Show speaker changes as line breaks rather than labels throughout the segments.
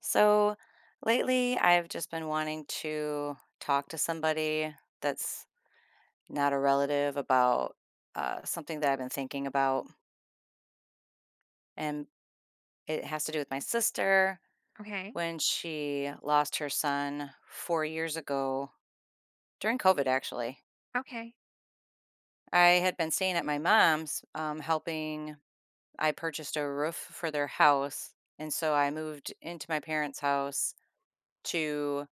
So lately, I've just been wanting to talk to somebody that's not a relative about something that I've been thinking about. And it has to do with my sister
Okay.
when she lost her son 4 years ago during COVID, actually.
Okay.
I had been staying at my mom's, helping. I purchased a roof for their house. And so I moved into my parents' house to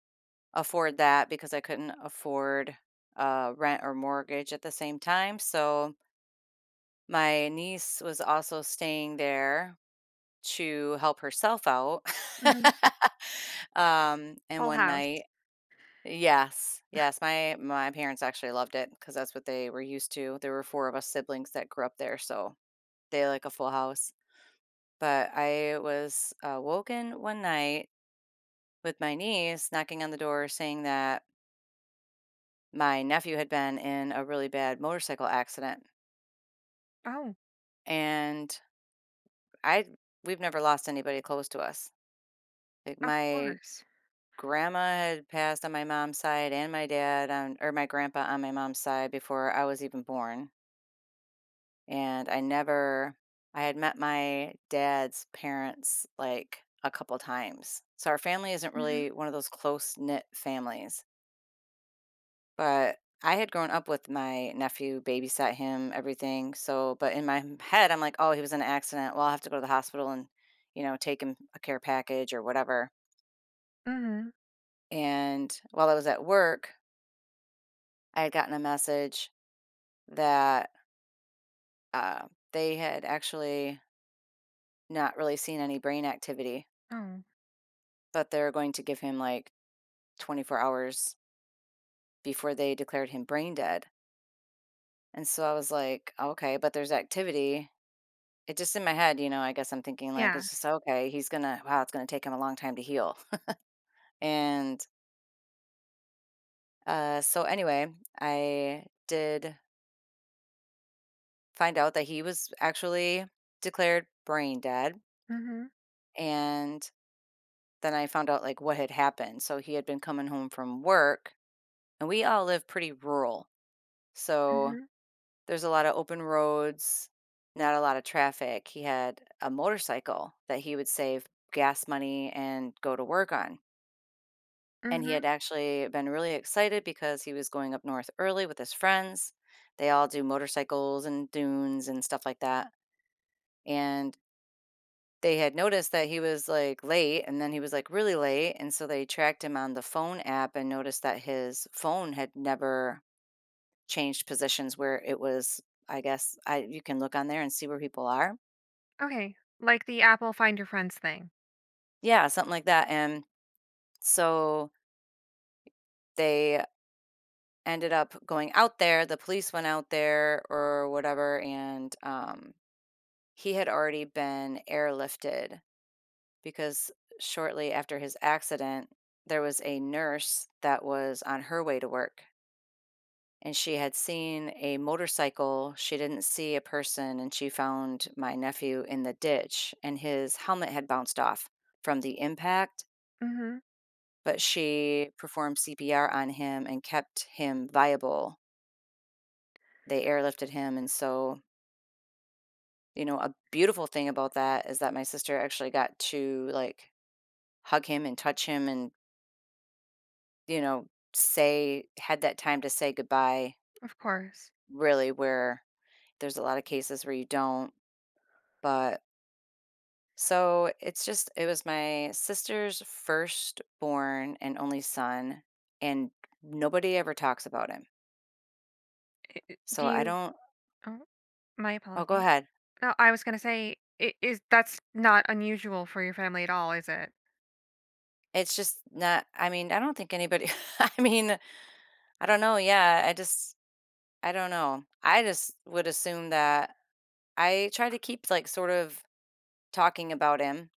afford that because I couldn't afford, rent or mortgage at the same time, so my niece was also staying there to help herself out.
Mhm.
And
Full
one
House.
night. Yes, yes, my parents actually loved it because that's what they were used to. There were 4 of us siblings that grew up there, so they like a full house. But I was, woken one night with my niece knocking on the door saying that my nephew had been in a really bad motorcycle accident,
Oh,
and I we've never lost anybody close to us. Like
of
my
course.
grandma had passed on my mom's side and my grandpa on my mom's side before I was even born. And I never I had met my dad's parents like a couple times. So our family isn't really
Mhm.
one of those close knit families. But I had grown up with my nephew, babysat him, everything, so but in my m head, I'm like, "Oh, he was in an accident. Well, I'll have to go to the hospital and, take him a care package or whatever."
Mhm.
And while I was at work, I had gotten a message that, uh, they had actually not really seen any brain activity,
Oh,
but they're going to give him, like, 24 hours before they declared him brain dead. And so I was like, "Okay, but there's activity." It just in my head, I guess I'm thinking like it's just
yes.
okay, he's gonna wow, it's gonna take him a long time to heal. And so anyway, I did find out that he was actually declared brain dead.
Mhm.
And then I found out like what had happened. So he had been coming home from work and we all live pretty rural. So
Mhm.
there's a lot of open roads, not a lot of traffic. He had a motorcycle that he would save gas money and go to work on. And he
Mhm.
had actually been really excited because he was going up north early with his friends. They all do motorcycles and dunes and stuff like that. And they had noticed that he was like late and then he was like really late. And so they tracked him on the phone app and noticed that his phone had never changed positions where it was, I guess, you can look on there and see where people are.
Okay. Like the Apple Find Your Friends thing.
Yeah, something like that. And so they ended up going out there. The police went out there or whatever. And, he had already been airlifted because shortly after his accident, there was a nurse that was on her way to work and she had seen a motorcycle. She didn't see a person and she found my nephew in the ditch and his helmet had bounced off from the impact,
Mhm.
but she performed CPR on him and kept him viable. They airlifted him and so, a beautiful thing about that is that my sister actually got to like hug him and touch him and, you know, say had that time to say goodbye,
Of course.
really, where there's a lot of cases where you don't. But so it was my sister's firstborn and only son, and nobody ever talks about him. So
Do
I
you
don't.
Oh, my
Oh, go
apologies.
ahead.
No, I was gonna say it is. That's not unusual for your family at all, is it?
It's just not, I mean, I don't think anybody I mean, I don't know, yeah. I don't know. I just would assume that I try to keep, like, sort of talking about him.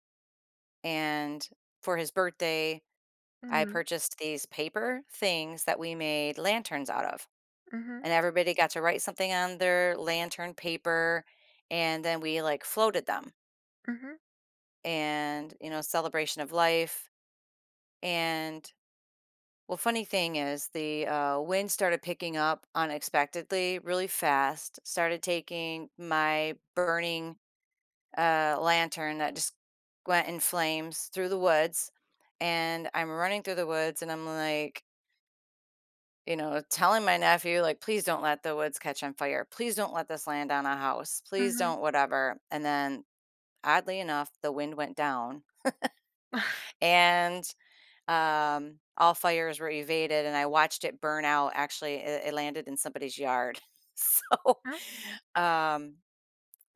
And for his birthday, I
Mhm.
purchased these paper things that we made lanterns out of.
Mhm.
And everybody got to write something on their lantern paper. And then we like floated them
Mhm.
and, celebration of life. And well, funny thing is, the wind started picking up unexpectedly really fast, started taking my burning lantern that just went in flames through the woods. And I'm running through the woods and I'm like, telling my nephew, like, please don't let the woods catch on fire. Please don't let this land on a house. Please
Mhm.
don't, whatever. And then, oddly enough, the wind went down and all fires were evaded. And I watched it burn out. Actually, it landed in somebody's yard. So,
Oh,
um,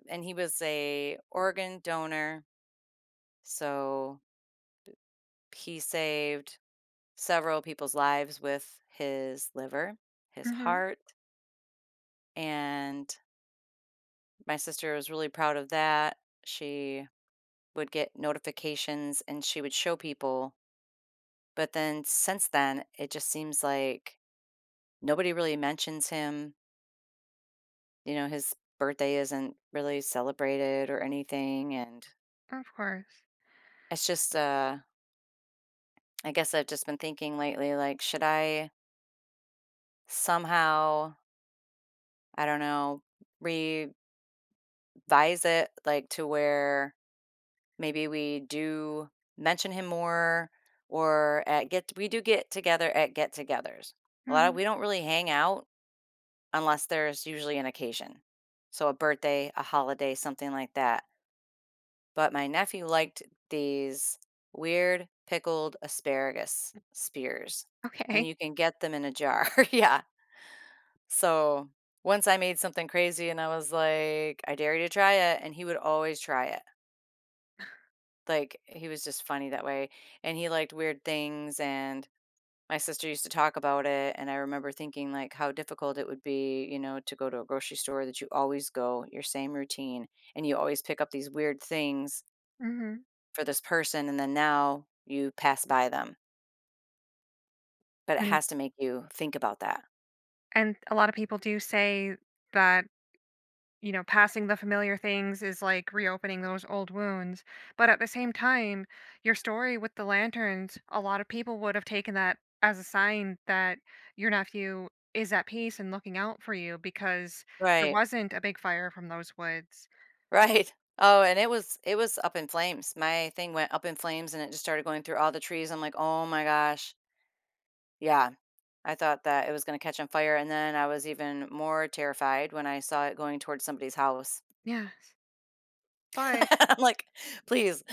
and he was a organ donor. So he saved several people's lives with his liver, his
mhm.
heart, and my sister was really proud of that. She would get notifications and she would show people. But then since then, it just seems like nobody really mentions him. His birthday isn't really celebrated or anything. And
Of course.
it's just, I guess I've just been thinking lately, like, should I somehow, I don't know, re advise it, like, to where maybe we do mention him more or at get we do get together at get-togethers. A lot of
Mhm.
we don't really hang out unless there's usually an occasion. So a birthday, a holiday, something like that. But my nephew liked these weird pickled asparagus spears, and
Okay.
you can get them in a jar. Yeah. So once I made something crazy and I was like, "I dare you to try it," and he would always try it. Like, he was just funny that way, and he liked weird things. And my sister used to talk about it. And I remember thinking, like, how difficult it would be, to go to a grocery store that you always go, your same routine, and you always pick up these weird things
Mhm.
for this person, and then now you pass by them, but it
And
has to make you think about that.
and a lot of people do say that, you know, passing the familiar things is like reopening those old wounds. But at the same time, your story with the lanterns, a lot of people would have taken that as a sign that your nephew is at peace and looking out for you because there
Right,
wasn't a big fire from those woods.
right. Oh, and it was up in flames. My thing went up in flames, and it just started going through all the trees. I'm like, "Oh my gosh." Yeah. I thought that it was gonna catch on fire, and then I was even more terrified when I saw it going towards somebody's house.
Yes. But,
I'm like, "Please,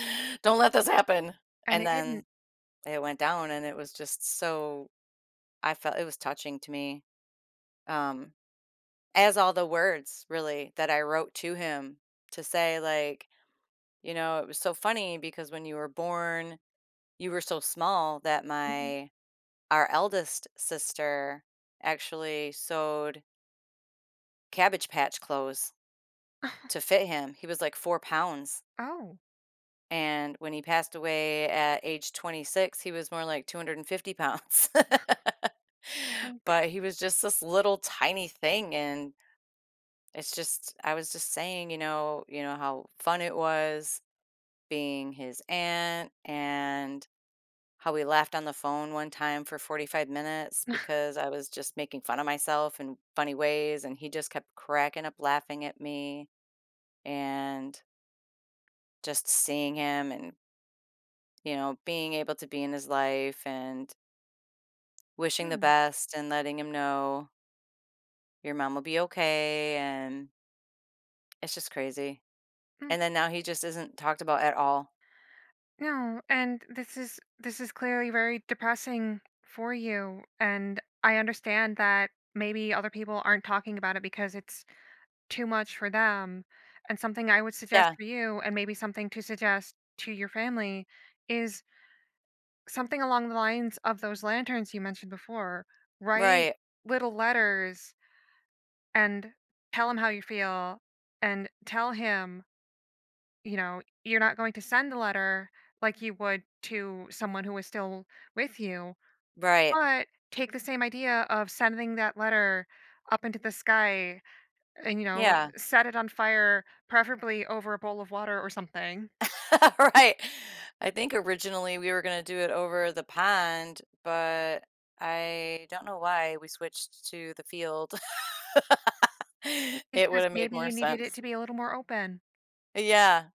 don't let this happen."
and
And
it
then
didn't.
it went down, and it was just so I felt it was touching to me, um, as all the words, really, that I wrote to him to say, like, it was so funny because when you were born, you were so small that
Mhm.
my our eldest sister actually sewed Cabbage Patch clothes to fit him. He was like 4 pounds,
Oh.
and when he passed away at age 26, he was more like 250 pounds.
mm, p-
But he was just this little tiny thing, and it's just I was just saying, how fun it was being his aunt and how we laughed on the phone one time for 45 minutes because I was just making fun of myself in funny ways, and he just kept cracking up laughing at me, and just seeing him and being able to be in his life and wishing the
mm,
best and letting him know your mom will be okay. And it's just crazy. And then now he just isn't talked about at all.
No, and this is clearly very depressing for you, and I understand that maybe other people aren't talking about it because it's too much for them. And something I would suggest
Yeah.
for you, and maybe something to suggest to your family, is something along the lines of those lanterns you mentioned before. Write
Right.
little letters and tell him how you feel, and tell him, you know, you're not going to send the letter like you would to someone who is still with you,
Right.
but take the same idea of sending that letter up into the sky and, you know,
Yeah.
set it on fire, preferably over a bowl of water or something,
Right. I think originally we were going to do it over the pond, but I don't know why we switched to the field. It would
because
have made
maybe
more
you needed it
sense.
to be a little more open.
Yeah.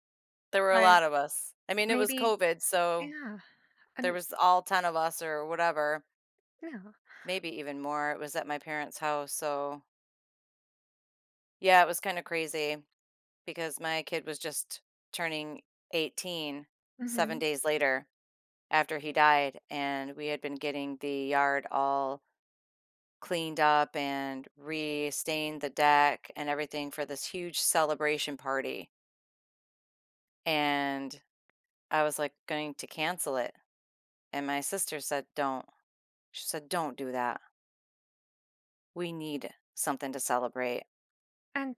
There were a
But
lot of us. I mean, it was
maybe,
COVID. So
yeah.
there
And
was all 10 of us or whatever,
yeah.
maybe even more. It was at my parents' house, so yeah, it was kinda crazy because my kid was just turning eighteen seven
Hmm.
days later after he died, and we had been getting the yard all cleaned up and re-stained the deck and everything for this huge celebration party, and I was, like, going to cancel it, and my sister said, "Don't." She said, "Don't do that. We need something to celebrate."
And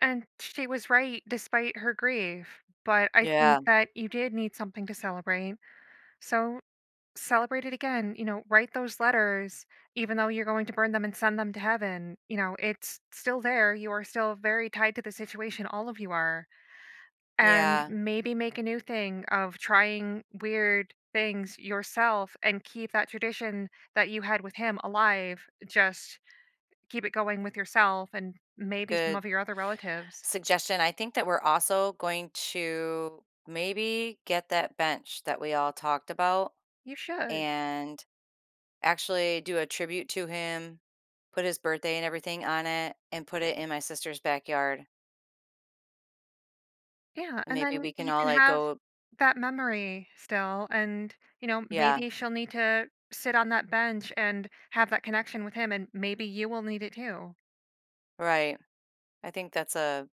and she was right despite her grief. But I think
Yeah,
that you did need something to celebrate. So celebrate it again, you know, write those letters. Even though you're going to burn them and send them to heaven, you know, it's still there, you are still very tied to the situation, all of you are, and
yeah,
maybe make a new thing of trying weird things yourself and keep that tradition that you had with him alive. Just keep it going with yourself and maybe some
good
of your other relatives.
suggestion. I think that we're also going to maybe get that bench that we all talked about
You should.
and actually do a tribute to him, put his birthday and everything on it, and put it in my sister's backyard.
Yeah,
And
and
maybe
then
we can
you
all
can
like
have
go,
that memory still, and you know,
yeah,
maybe she'll need to sit on that bench and have that connection with him, and maybe you will need it too.
right. I think that's a,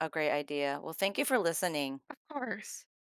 a great idea. Well, thank you for listening.
Of course.